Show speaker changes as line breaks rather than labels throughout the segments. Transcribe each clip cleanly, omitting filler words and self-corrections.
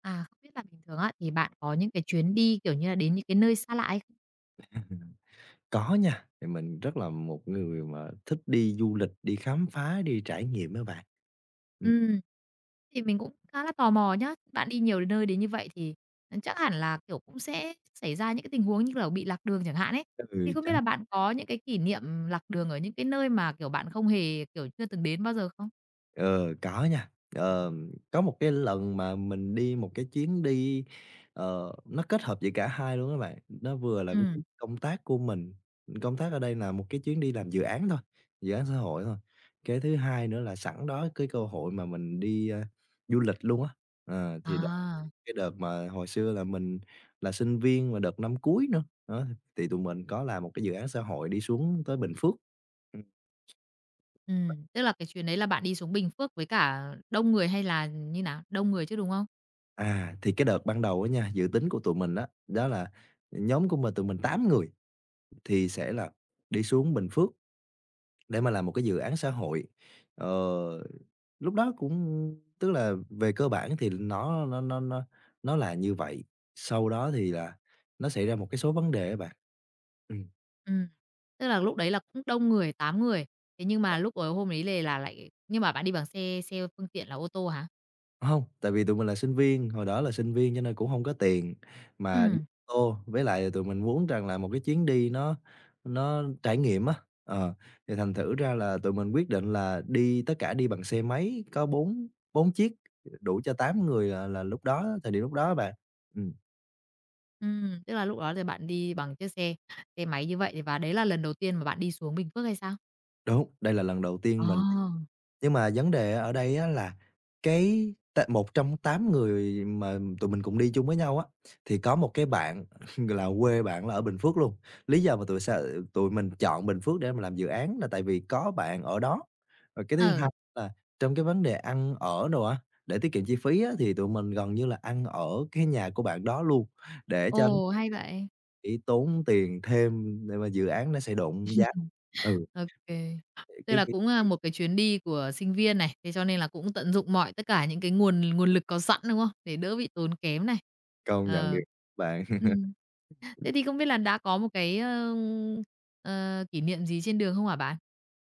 À, không biết là bình thường á, thì bạn có những cái chuyến đi, kiểu như là, đến những cái nơi xa lạ hay không?
Có nha, thì mình rất là một người mà thích đi du lịch, đi khám phá, đi trải nghiệm á bạn. Ừm,
Ừm, thì mình cũng khá là tò mò nhá. Bạn đi nhiều nơi đến như vậy thì, chắc hẳn là, kiểu, cũng sẽ xảy ra những cái tình huống như, kiểu, bị lạc đường chẳng hạn ấy.
ừ, cái
Thì
người
không biết
trắng,
là bạn có những cái kỷ niệm lạc đường ở những cái nơi mà, kiểu, bạn không hề, kiểu, chưa từng đến bao giờ không?
ờ, có nha. Ờ, có một cái lần mà mình đi một cái chuyến đi, nó kết hợp giữa cả hai luôn các bạn. Nó vừa là cái chuyến
Ừm,
công tác của mình, công tác ở đây là một cái chuyến đi làm dự án thôi, dự án xã hội thôi. Cái thứ hai nữa là sẵn đó cái cơ hội mà mình đi, du lịch luôn á, thì
à,
cái đợt mà hồi xưa là mình là sinh viên mà đợt năm cuối nữa, đó, thì tụi mình có làm một cái dự án xã hội đi xuống tới Bình Phước. Ừm.
tức là cái chuyến đấy là bạn đi xuống Bình Phước với cả đông người hay là như nào? Đông người chứ, đúng không?
À, thì cái đợt ban đầu á nha, dự tính của tụi mình đó đó là nhóm của mình tụi mình 8 người thì sẽ là đi xuống Bình Phước để mà làm một cái dự án xã hội. Ờ, lúc đó cũng tức là về cơ bản thì nó là như vậy, sau đó thì là nó xảy ra một cái số vấn đề á bạn. Ừm.
Ừm, tức là lúc đấy là cũng đông người, 8 người, thế nhưng mà lúc, hôm ấy lề là lại nhưng mà bạn đi bằng xe xe phương tiện là ô tô hả?
Hông, tại vì tụi mình là sinh viên, hồi đó là sinh viên cho nên cũng hông có tiền mà đi
Ừm,
ô tô, với lại tụi mình muốn rằng là một cái chuyến đi nó trải nghiệm á, ờ, thì thành thử ra là tụi mình quyết định là đi tất cả đi bằng xe máy có 4 4 chiếc, đủ cho 8 người là lúc đó thời điểm lúc đó á bạn. Ừm,
tức là lúc đó thì bạn đi bằng chiếc xe xe máy như vậy và đấy là lần đầu tiên mà bạn đi xuống Bình Phước hay sao?
đúng, đây là lần đầu
Ờ,
tiên mình. Nhưng mà vấn đề ở đây á là cái t một trong 8 người mà tụi mình cùng đi chung với nhau á, thì có một cái bạn là quê bạn là ở Bình Phước luôn. Lý do mà tụi mình chọn Bình Phước để mà làm dự án là tại vì có bạn ở đó. Rồi cái thứ
ờ,
hai là trong cái vấn đề ăn ở đồ á, để tiết kiệm chi phí á, thì tụi mình gần như là ăn ở cái nhà của bạn đó luôn, để tránh
ồ, hay vậy.
bị tốn tiền thêm để mà dự án nó sẽ đụng giá. Ừ,
Ô kê, tức
cái
là
cái
cũng, a, một cái chuyến đi của sinh viên này, thế cho nên là cũng tận dụng mọi tất cả những cái nguồn nguồn lực có sẵn, đúng không? Để đỡ bị tốn kém này.
công nhận điều
Ờ.
bạn.
Ừm. Thế thì không biết là đã có một cái, ơ, ờ, kỷ niệm gì trên đường không hả bạn?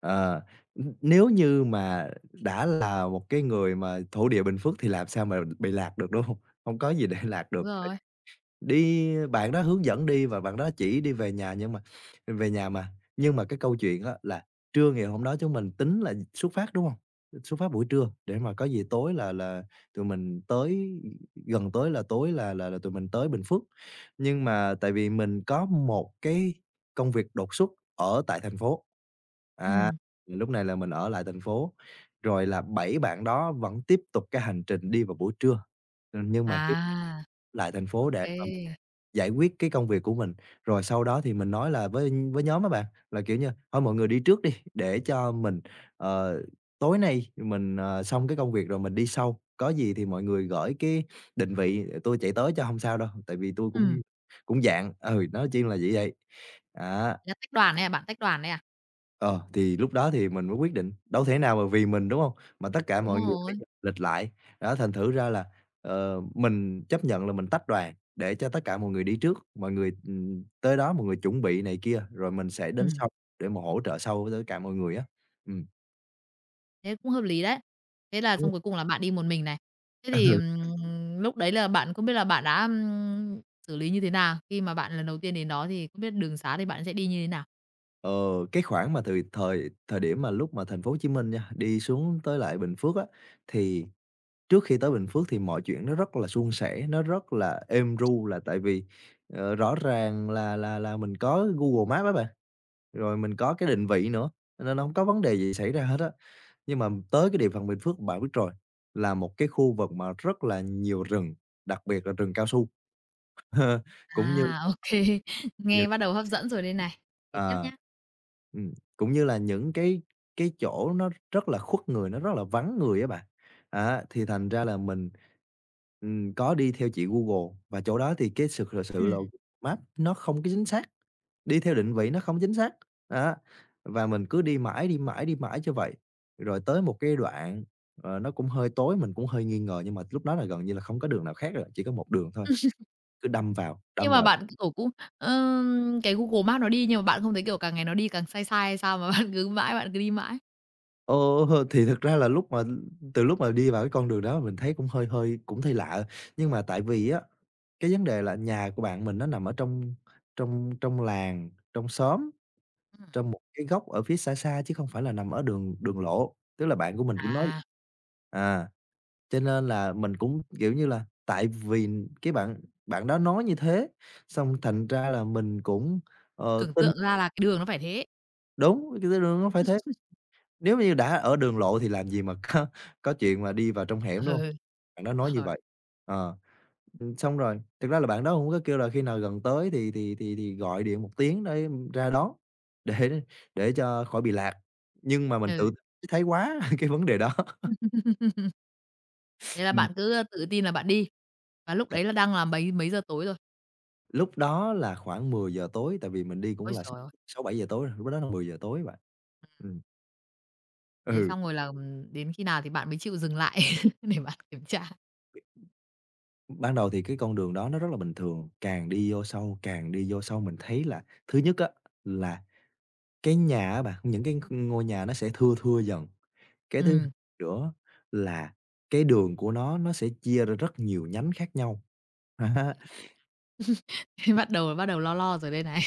Ờ, nếu như mà đã là một cái người mà thổ địa Bình Phước thì làm sao mà bị lạc được, đúng không? Không có gì để lạc
Đúng
được.
rồi,
Đi bạn đó hướng dẫn đi và bạn đó chỉ đi về nhà nhưng mà về nhà mà. Nhưng mà cái câu chuyện á là trưa ngày hôm đó chúng mình tính là xuất phát, đúng không? Xuất phát buổi trưa để mà có gì tối là tụi mình tới gần tới là tối là tụi mình tới Bình Phước. Nhưng mà tại vì mình có một cái công việc đột xuất ở tại thành phố, à,
ừm.
lúc này là mình ở lại thành phố, rồi là 7 bạn đó vẫn tiếp tục cái hành trình đi vào buổi trưa. Nhưng mà cái
À,
lại thành phố
ok
để
kê.
mà giải quyết cái công việc của mình, rồi sau đó thì mình nói là với nhóm á bạn, là, kiểu như, thôi mọi người đi trước đi, để cho mình, ờ, tối nay mình, xong cái công việc rồi mình đi sau, có gì thì mọi người gửi cái định vị, tôi chạy tới cho không sao đâu, tại vì tôi cũng cũng dạng, nó chuyên là vậy vậy. Á.
Là tách đoàn ấy à, bạn tách đoàn đấy à?
Ờ, thì lúc đó thì mình mới quyết định, đâu thể nào mà vì mình, đúng hông? Mà tất cả
Đúng
mọi người phải
rồi,
dập lịch lại. Đó, thành thử ra là, mình chấp nhận là mình tách đoàn để cho tất cả mọi người đi trước, mọi người, tới đó mọi người chuẩn bị này kia, rồi mình sẽ đến
ừm,
sau để mà hỗ trợ sau với tất cả mọi người á. Ừm,
thế cũng hợp lý đấy. Thế là
đúng.
xong cuối cùng là bạn đi một mình này. Thế thì, lúc đấy là bạn không biết là bạn đã, xử lý như thế nào? Khi mà bạn lần đầu tiên đến đó thì không biết đường xá thì bạn sẽ đi như thế nào?
Ờ, cái khoảng mà từ thời thời điểm mà lúc mà thành phố Hồ Chí Minh nha, đi xuống tới lại Bình Phước á, thì trước khi tới Bình Phước thì mọi chuyện nó rất là suôn sẻ, nó rất là êm ru là tại vì, rõ ràng là mình có Google Maps á bạn, rồi mình có cái định vị nữa, nên nó không có vấn đề gì xảy ra hết á. Nhưng mà tới cái địa phận Bình Phước bạn biết rồi, là một cái khu vực mà rất là nhiều rừng, đặc biệt là rừng cao su, cũng như
À, ok nghe bắt đầu hấp dẫn rồi đây này. Kể tiếp
Ờ.
nhá.
Cũng như là những cái chỗ nó rất là khuất người, nó rất là vắng người á bạn. Á, thì thành ra là mình, có đi theo chị Google và chỗ đó thì cái sự thực sự là Maps nó không có chính xác, đi theo định vị nó không chính xác, á. Và mình cứ đi mãi, đi mãi, đi mãi như vậy, rồi tới một cái đoạn, nó cũng hơi tối, mình cũng hơi nghi ngờ nhưng mà lúc đó là gần như là không có đường nào khác rồi, chỉ có một đường thôi, cứ đâm vào,
Nhưng
đâm
mà
vào.
bạn, kiểu, cũng, cái Google Maps nó đi nhưng mà bạn không thấy, kiểu, càng ngày nó đi càng sai sai hay sao mà bạn cứ mãi bạn cứ đi mãi?
Ồ, thì thực ra là lúc mà từ lúc mà đi vào cái con đường đó mình thấy cũng hơi hơi cũng thấy lạ, nhưng mà tại vì á, cái vấn đề là nhà của bạn mình nó nằm ở trong trong trong làng, trong xóm,
Ừm,
trong một cái góc ở phía xa xa chứ không phải là nằm ở đường đường lộ, tức là bạn của mình cũng nói
à,
à, cho nên là mình cũng, kiểu như là, tại vì cái bạn bạn đó nói như thế, xong thành ra là mình cũng,
tưởng
tin
tượng ra là cái đường nó phải thế.
đúng, cái nó phải thế. Nếu như đã ở đường lộ thì làm gì mà có chuyện mà đi vào trong hẻm, đúng hông? Bạn đó
Ừ,
nói như
rồi,
vậy. Ờ, xong rồi, thực ra là bạn đó cũng có kêu là khi nào gần tới thì gọi điện một tiếng để ra đón, để để cho khỏi bị lạc, nhưng mà mình
ừ,
tự thái quá cái vấn đề đó.
thế là
Ừm,
bạn cứ, tự tin là bạn đi, và lúc đấy là đang là mấy mấy giờ tối rồi?
lúc đó là khoảng 10 giờ tối, tại vì mình đi cũng
Ôi
là
trời ơi!
sáu bảy giờ tối rồi, lúc đó là 10 giờ tối bạn. Ừm,
Thế
ừ,
xong rồi là, đến khi nào thì bạn mới chịu dừng lại để bạn kiểm tra?
ban đầu thì cái con đường đó nó rất là bình thường, càng đi vô sâu, càng đi vô sâu mình thấy là thứ nhất á là cái nhà á bạn, những cái ngôi nhà nó sẽ thưa thưa dần. Cái thứ hai
Ừm,
nữa là cái đường của nó sẽ chia ra rất nhiều nhánh khác nhau.
thế bắt đầu lo lo rồi đây này.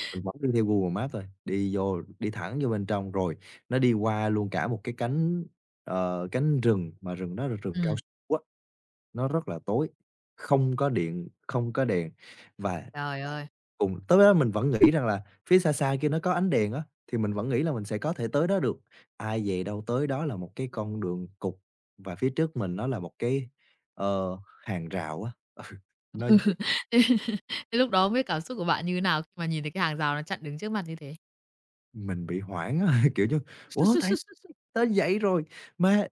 Á, mình vẫn đi theo Google Maps thôi, đi vô đi thẳng vô bên trong rồi nó đi qua luôn cả một cái cánh, cánh rừng, mà rừng đó là rừng
Ừm,
cao su á, nó rất là tối, không có điện, không có đèn và
trời ơi!
cùng tới đó mình vẫn nghĩ rằng là phía xa xa kia nó có ánh đèn á, thì mình vẫn nghĩ là mình sẽ có thể tới đó được. Ai về đâu tới đó là một cái con đường cụt và phía trước mình nó là một cái, ờ, hàng rào á. Ừ, nó giật
Thế thế lúc đó không biết cảm xúc của bạn như thế nào khi mà nhìn thấy cái hàng rào nó chặn đứng trước mặt như thế?
mình bị hoảng á, kiểu như, "Ủa, tới vậy rồi mà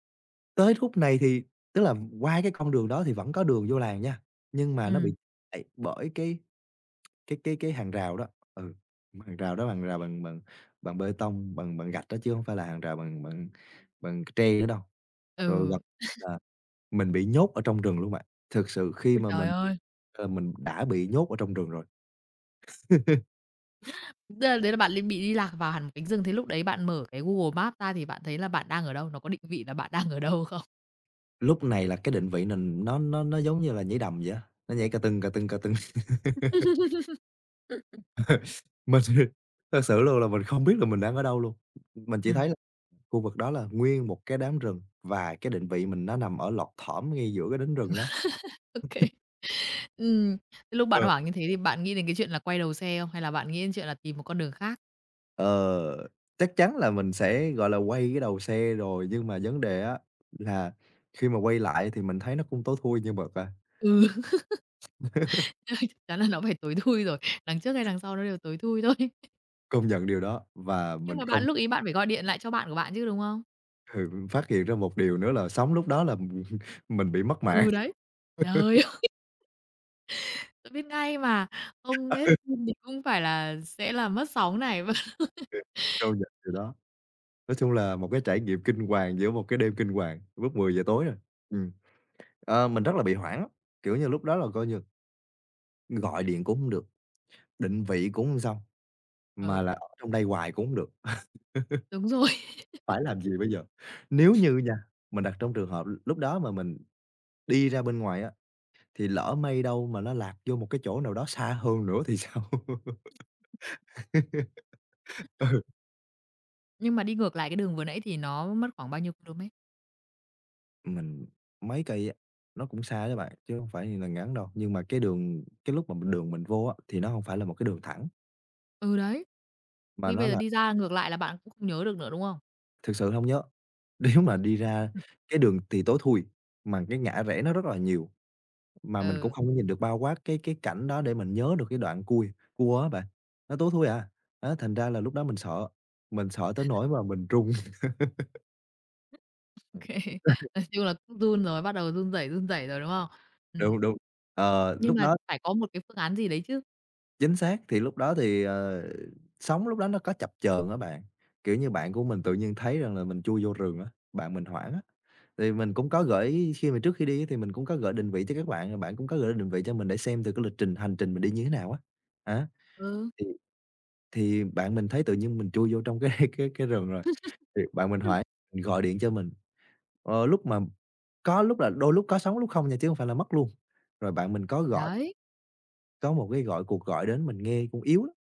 tới khúc này thì", tức là qua cái con đường đó thì vẫn có đường vô làng nha, nhưng mà nó bị
Ừm,
chặn lại bởi cái hàng rào đó, ừ, hàng rào đó hàng rào bằng bằng bằng bê tông, bằng bằng gạch đó chứ không phải là hàng rào bằng bằng bằng tre nữa đâu. Rồi gặp
ừ.
là mình bị nhốt ở trong rừng luôn bạn. Thực sự khi
Ôi
mà
trời
mình,
ơi!
ờ, mình đã bị nhốt ở trong rừng rồi,
Tức là đấy là bạn l bị đi lạc vào hẳn một cánh rừng, thế lúc đấy bạn mở cái Google Maps ra thì bạn thấy là bạn đang ở đâu? Nó có định vị là bạn đang ở đâu
lúc này là cái định vị mình nó giống như là nhảy đầm vậy á, nó nhảy cà tưng, cà tưng, cà tưng.
không?
Mình thật sự luôn là mình không biết là mình đang ở đâu luôn. Mình chỉ thấy
Ừm,
là khu vực đó là nguyên một cái đám rừng và cái định vị mình nó nằm ở lọt thỏm ngay giữa cái đống rừng đó.
ô kê. Thế lúc bạn
Ừ.
hoảng như thế thì bạn nghĩ đến cái chuyện là quay đầu xe không? Hay là bạn nghĩ đến chuyện là tìm một con đường khác?
Ờ, chắc chắn là mình sẽ, gọi là, quay cái đầu xe rồi, nhưng mà vấn đề á là khi mà quay lại thì mình thấy nó cũng tối thui như mực à,
Ừ, chắc chắn là nó phải tối thui rồi, đằng trước hay đằng sau nó đều tối thui thôi.
công nhận điều đó. Và
Nhưng
mình
mà bạn
không
lúc ấy bạn phải gọi điện lại cho bạn của bạn chứ, đúng không?
ừ, phát hiện ra một điều nữa là sóng lúc đó là mình mình bị mất mạng,
Ừ, đấy. Trời ơi, tôi biết ngay mà, không hết pin thì cũng phải là sẽ là mất sóng này.
công nhận điều đó. Nói chung là một cái trải nghiệm kinh hoàng giữa một cái đêm kinh hoàng, lúc 10 giờ tối rồi. Ừm, mình rất là bị hoảng á, kiểu như, lúc đó là coi như gọi điện cũng hông được, định vị cũng hông xong,
Ờ,
mà là ở trong đây hoài cũng hông được.
đúng rồi.
Phải làm gì bây giờ? Nếu như nha, mình đặt trong trường hợp lúc đó mà mình đi ra bên ngoài á, thì lỡ may đâu mà nó lạc vô một cái chỗ nào đó xa hơn nữa thì sao? Ừ,
Nhưng mà đi ngược lại cái đường vừa nãy thì nó mất khoảng bao nhiêu km.
mình mấy cây á, nó cũng xa đó bạn, chứ không phải là ngắn đâu. Nhưng mà cái đường cái lúc mà mình đường mình vô á, thì nó không phải là một cái đường thẳng,
Ừ, đấy,
mà
khi
nó
bây giờ
là
đi ra ngược lại là bạn cũng không nhớ được nữa, đúng không?
thực sự không nhớ. Nếu mà đi ra cái đường thì tối thui, mà cái ngã rẽ nó rất là nhiều. Mà mình cũng
Ừ,
không có nhìn được bao quát cái cảnh đó để mình nhớ được cái đoạn cua cua á bạn, nó tối thui à. Đó, thành ra là lúc đó mình sợ tới nỗi mà mình run.
OK. Nói chung là cũng run rồi, bắt đầu run rẩy rồi, đúng không? Ừm,
Đúng, đúng.
nhưng
Lúc
mà
đó
phải có một cái phương án gì đấy chứ.
chính xác, thì lúc đó thì, ờ, sóng lúc đó nó có chập chờn á bạn, kiểu như, bạn của mình tự nhiên thấy rằng là mình chui vô rừng á, bạn mình hoảng á. Thì mình cũng có khi mà trước khi đi á thì mình cũng có gửi định vị cho các bạn, rồi bạn cũng có gửi định vị cho mình để xem từ cái lịch trình hành trình mình đi như thế nào á. Á,
Ừ,
thì thì bạn mình thấy tự nhiên mình chui vô trong cái cái rừng rồi. Thì bạn mình hỏi mình gọi điện cho mình, lúc mà có lúc là đôi lúc có sóng lúc không nha, chứ hông phải là mất luôn. Rồi bạn mình
đấy,
có một cái gọi cuộc gọi đến, mình nghe cũng yếu lắm,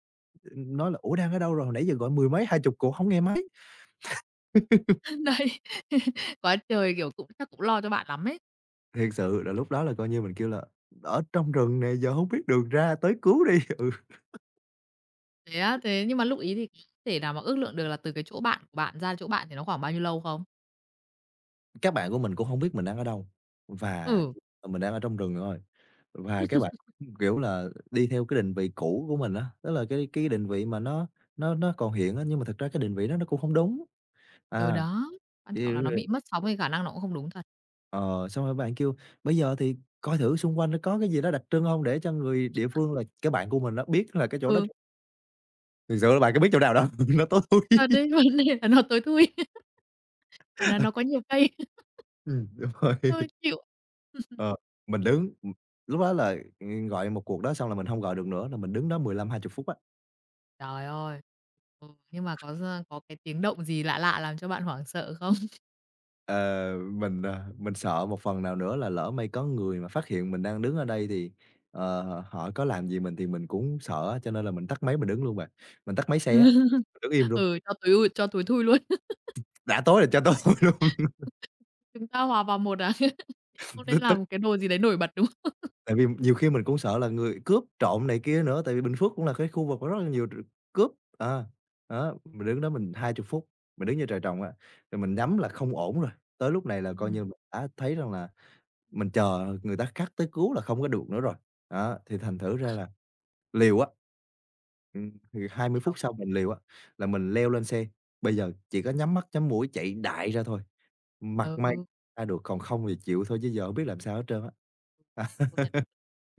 nói là "Ủa, đang ở đâu rồi? Hồi nãy giờ gọi mười mấy, hai chục cuộc hổng nghe máy."
đấy, quá trời, kiểu, cũng chắc cũng lo cho bạn lắm ấy.
Thiệt sự là lúc đó là coi như mình kêu là "Ở trong rừng nè, giờ hông biết đường ra, tới cứu đi." Ừ,
Thế á, thế nhưng mà lúc ấy thì có thể nào mà ước lượng được là từ cái chỗ bạn của bạn ra chỗ bạn thì nó khoảng bao nhiêu lâu không?
các bạn của mình cũng hổng biết mình đang ở đâu và
Ừ,
mình đang ở trong rừng thôi. Và các bạn, kiểu là, đi theo cái định vị cũ của mình á, tức là cái định vị mà nó còn hiện á, nhưng mà thực ra cái định vị đó nó cũng hông đúng. À,
ừ, đó, quan
vậy thì
trọng là nó
rồi.
bị mất sóng thì khả năng nó cũng không đúng thật.
Ờ, Xong rồi bạn kêu "Bây giờ thì coi thử xung quanh nó có cái gì đó đặc trưng hông?" Để cho người địa phương là cái bạn của mình nó biết là cái chỗ đó,
Ừ.
thực sự là bạn có biết chỗ nào đâu, nó tối
Thật
thui.
đấy, vấn đề là nó tối thui, và nó có nhiều cây,
Đúng rồi.
thôi chịu.
Ờ, mình đứng, lúc đó là, gọi một cuộc đó xong là mình hông gọi được nữa, là mình đứng đó 15-20 phút á.
Trời ơi, ừ, nhưng mà có ra có cái tiếng động gì lạ lạ làm cho bạn hoảng sợ không?
Ờ, mình sợ một phần nào nữa là lỡ may có người mà phát hiện mình đang đứng ở đây thì, ờ, họ có làm gì mình thì mình cũng sợ á, cho nên là mình tắt máy mình đứng luôn bạn. Mình tắt máy xe á, đứng im luôn,
Ừ, cho tối ui cho tối thui luôn.
đã tối rồi cho tối luôn.
Chúng ta hòa vào một à? Không nên
Tức tức
làm cái đồ gì đấy nổi bật, đúng không?
tại vì nhiều khi mình cũng sợ là người cướp trộm này kia nữa, tại vì Bình Phước cũng là cái khu vực có rất là nhiều cướp, à, đó, mình đứng đó mình 20 phút, mình đứng như trời trồng á rồi mình nhắm là không ổn rồi, tới lúc này là coi
Ừm,
như mình đã thấy rằng là mình chờ người ta khác tới cứu là không có được nữa rồi, đó, thì thành thử ra là liều á. Thì 20 phút
hiểu.
sau mình liều á, là mình leo lên xe, bây giờ chỉ có nhắm mắt nhắm mũi chạy đại ra thôi, mặt may
Ừ,
ra được, còn không thì chịu thôi chứ giờ không biết làm sao hết trơn á.
đấy, công nhận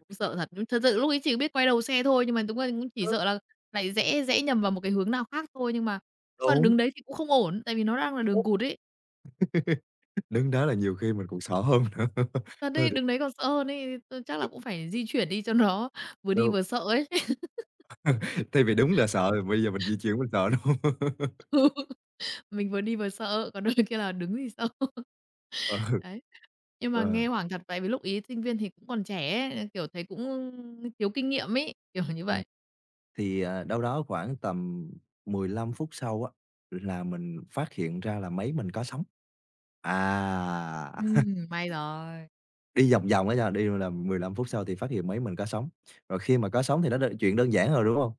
cũng sợ thật. Nhưng thật sự lúc ấy chỉ biết quay đầu xe thôi, nhưng mà đúng là cũng chỉ
À,
sợ là lại rẽ rẽ nhầm vào một cái hướng nào khác thôi, nhưng mà
đúng.
đứng đấy thì cũng không ổn, tại vì nó đang là đường cụt ấy.
Đứng đó là nhiều khi mình còn sợ hơn nữa.
Thật
Thôi
đấy,
thì
đứng đấy còn sợ hơn ấy, t chắc là cũng phải di chuyển đi cho nó vừa đi
đâu
vừa sợ ấy.
thay vì đúng là sợ thì bây giờ mình di chuyển mình sợ luôn.
Mình vừa đi vừa sợ, còn đôi kia là đứng thì sợ.
Ừ,
Đấy. Nhưng mà
ờ,
nghe hoảng thật, tại vì lúc ấy sinh viên thì cũng còn trẻ ấy, kiểu, thấy cũng thiếu kinh nghiệm ấy, kiểu như
à.
vậy.
Thì, đâu đó khoảng tầm 15 phút sau á, là mình phát hiện ra là máy mình có sóng. À,
May rồi.
đi vòng vòng á nha, đi là 15 phút sau thì phát hiện máy mình có sóng. Rồi khi mà có sóng thì nó chuyện đơn giản rồi, đúng không?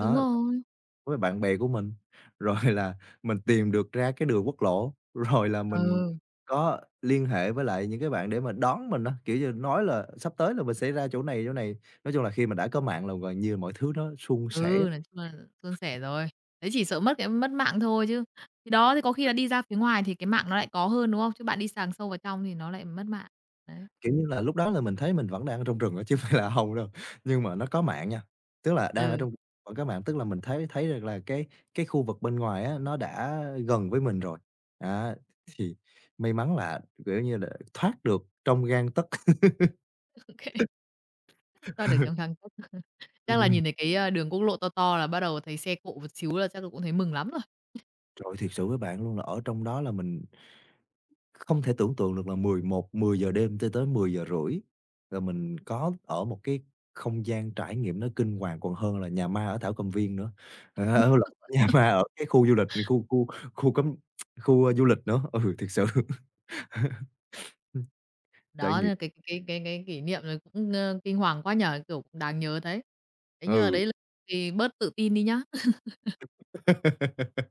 Đúng rồi.
Với bạn bè của mình, rồi là mình tìm được ra cái đường quốc lộ, rồi là mình
Ừ,
có liên hệ với lại những cái bạn để mà đón mình á, kiểu như, nói là sắp tới là mình sẽ ra chỗ này, chỗ này. Nói chung là khi mà đã có mạng là gần như mọi thứ nó suôn sẻ,
ừ, nói chung là suôn sẻ rồi. Đấy chỉ sợ mất cái mất mạng thôi chứ. Thì đó, thì có khi là đi ra phía ngoài thì cái mạng nó lại có hơn, đúng không? Chứ bạn đi sàng sâu vào trong thì nó lại mất mạng. Đấy.
kiểu như là, lúc đó là mình thấy mình vẫn đang ở trong rừng á chứ hông phải là hông đâu, nhưng mà nó có mạng nha, tức là đang ở
Ừ,
trong vẫn có mạng, tức là mình thấy thấy được là cái khu vực bên ngoài á, nó đã gần với mình rồi. Á, thì may mắn là, kiểu như là, thoát được trong gang tấc.
OK. Thoát được trong thang tốc. Chắc là nhìn thấy cái, a, đường quốc lộ to to là bắt đầu thấy xe cộ một xíu là chắc là cũng thấy mừng lắm rồi.
Trời, thiệt sự với bạn luôn là ở trong đó là mình không thể tưởng tượng được là 10 giờ đêm cho tới 10 giờ rưỡi là mình có ở một cái không gian trải nghiệm nó kinh hoàng còn hơn là nhà ma ở Thảo Cầm Viên nữa, à, ở lộn, nhà ma ở cái khu du lịch, khu khu khu cấm du lịch nữa, ừ, thiệt sự. Ừm, Trải
Đó,
nghiệm,
nên cái cái kỷ niệm này cũng, ơ, kinh hoàng quá nhở kiểu, cũng đáng nhớ đấy. Thế nhưng mà
ừ.
đấy là thì bớt tự tin đi nhá.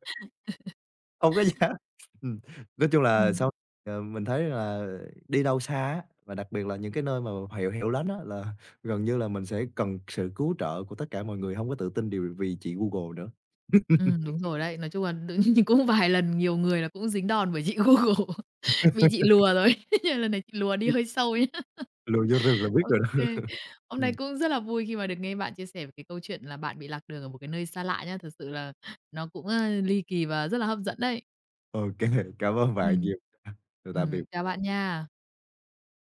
Không có dám. Ừm, nói chung là
Ừm,
sau mình thấy là đi đâu xa á, và đặc biệt là những cái nơi mà hẻo hẻo lánh á, là gần như là mình sẽ cần sự cứu trợ của tất cả mọi người, hông có tự tin điều vì chị Google nữa.
đúng rồi đấy. Nói chung là tự nhiên cũng vài lần nhiều người là cũng dính đòn bởi chị Google, bị chị lùa rồi. Nhưng lần này chị lùa đi
Ừm,
hơi sâu nhá.
Luồn vô rừng là biết
Ô
rồi đó.
Hôm nay
Ừm,
cũng rất là vui khi mà được nghe bạn chia sẻ về cái câu chuyện là bạn bị lạc đường ở một cái nơi xa lạ nhá. Thật sự là nó cũng, a, ly kỳ và rất là hấp dẫn đấy.
Ô kê, cảm ơn bạn
Ừm.
nhiều. Rồi tạm biệt.
Chào bạn nha.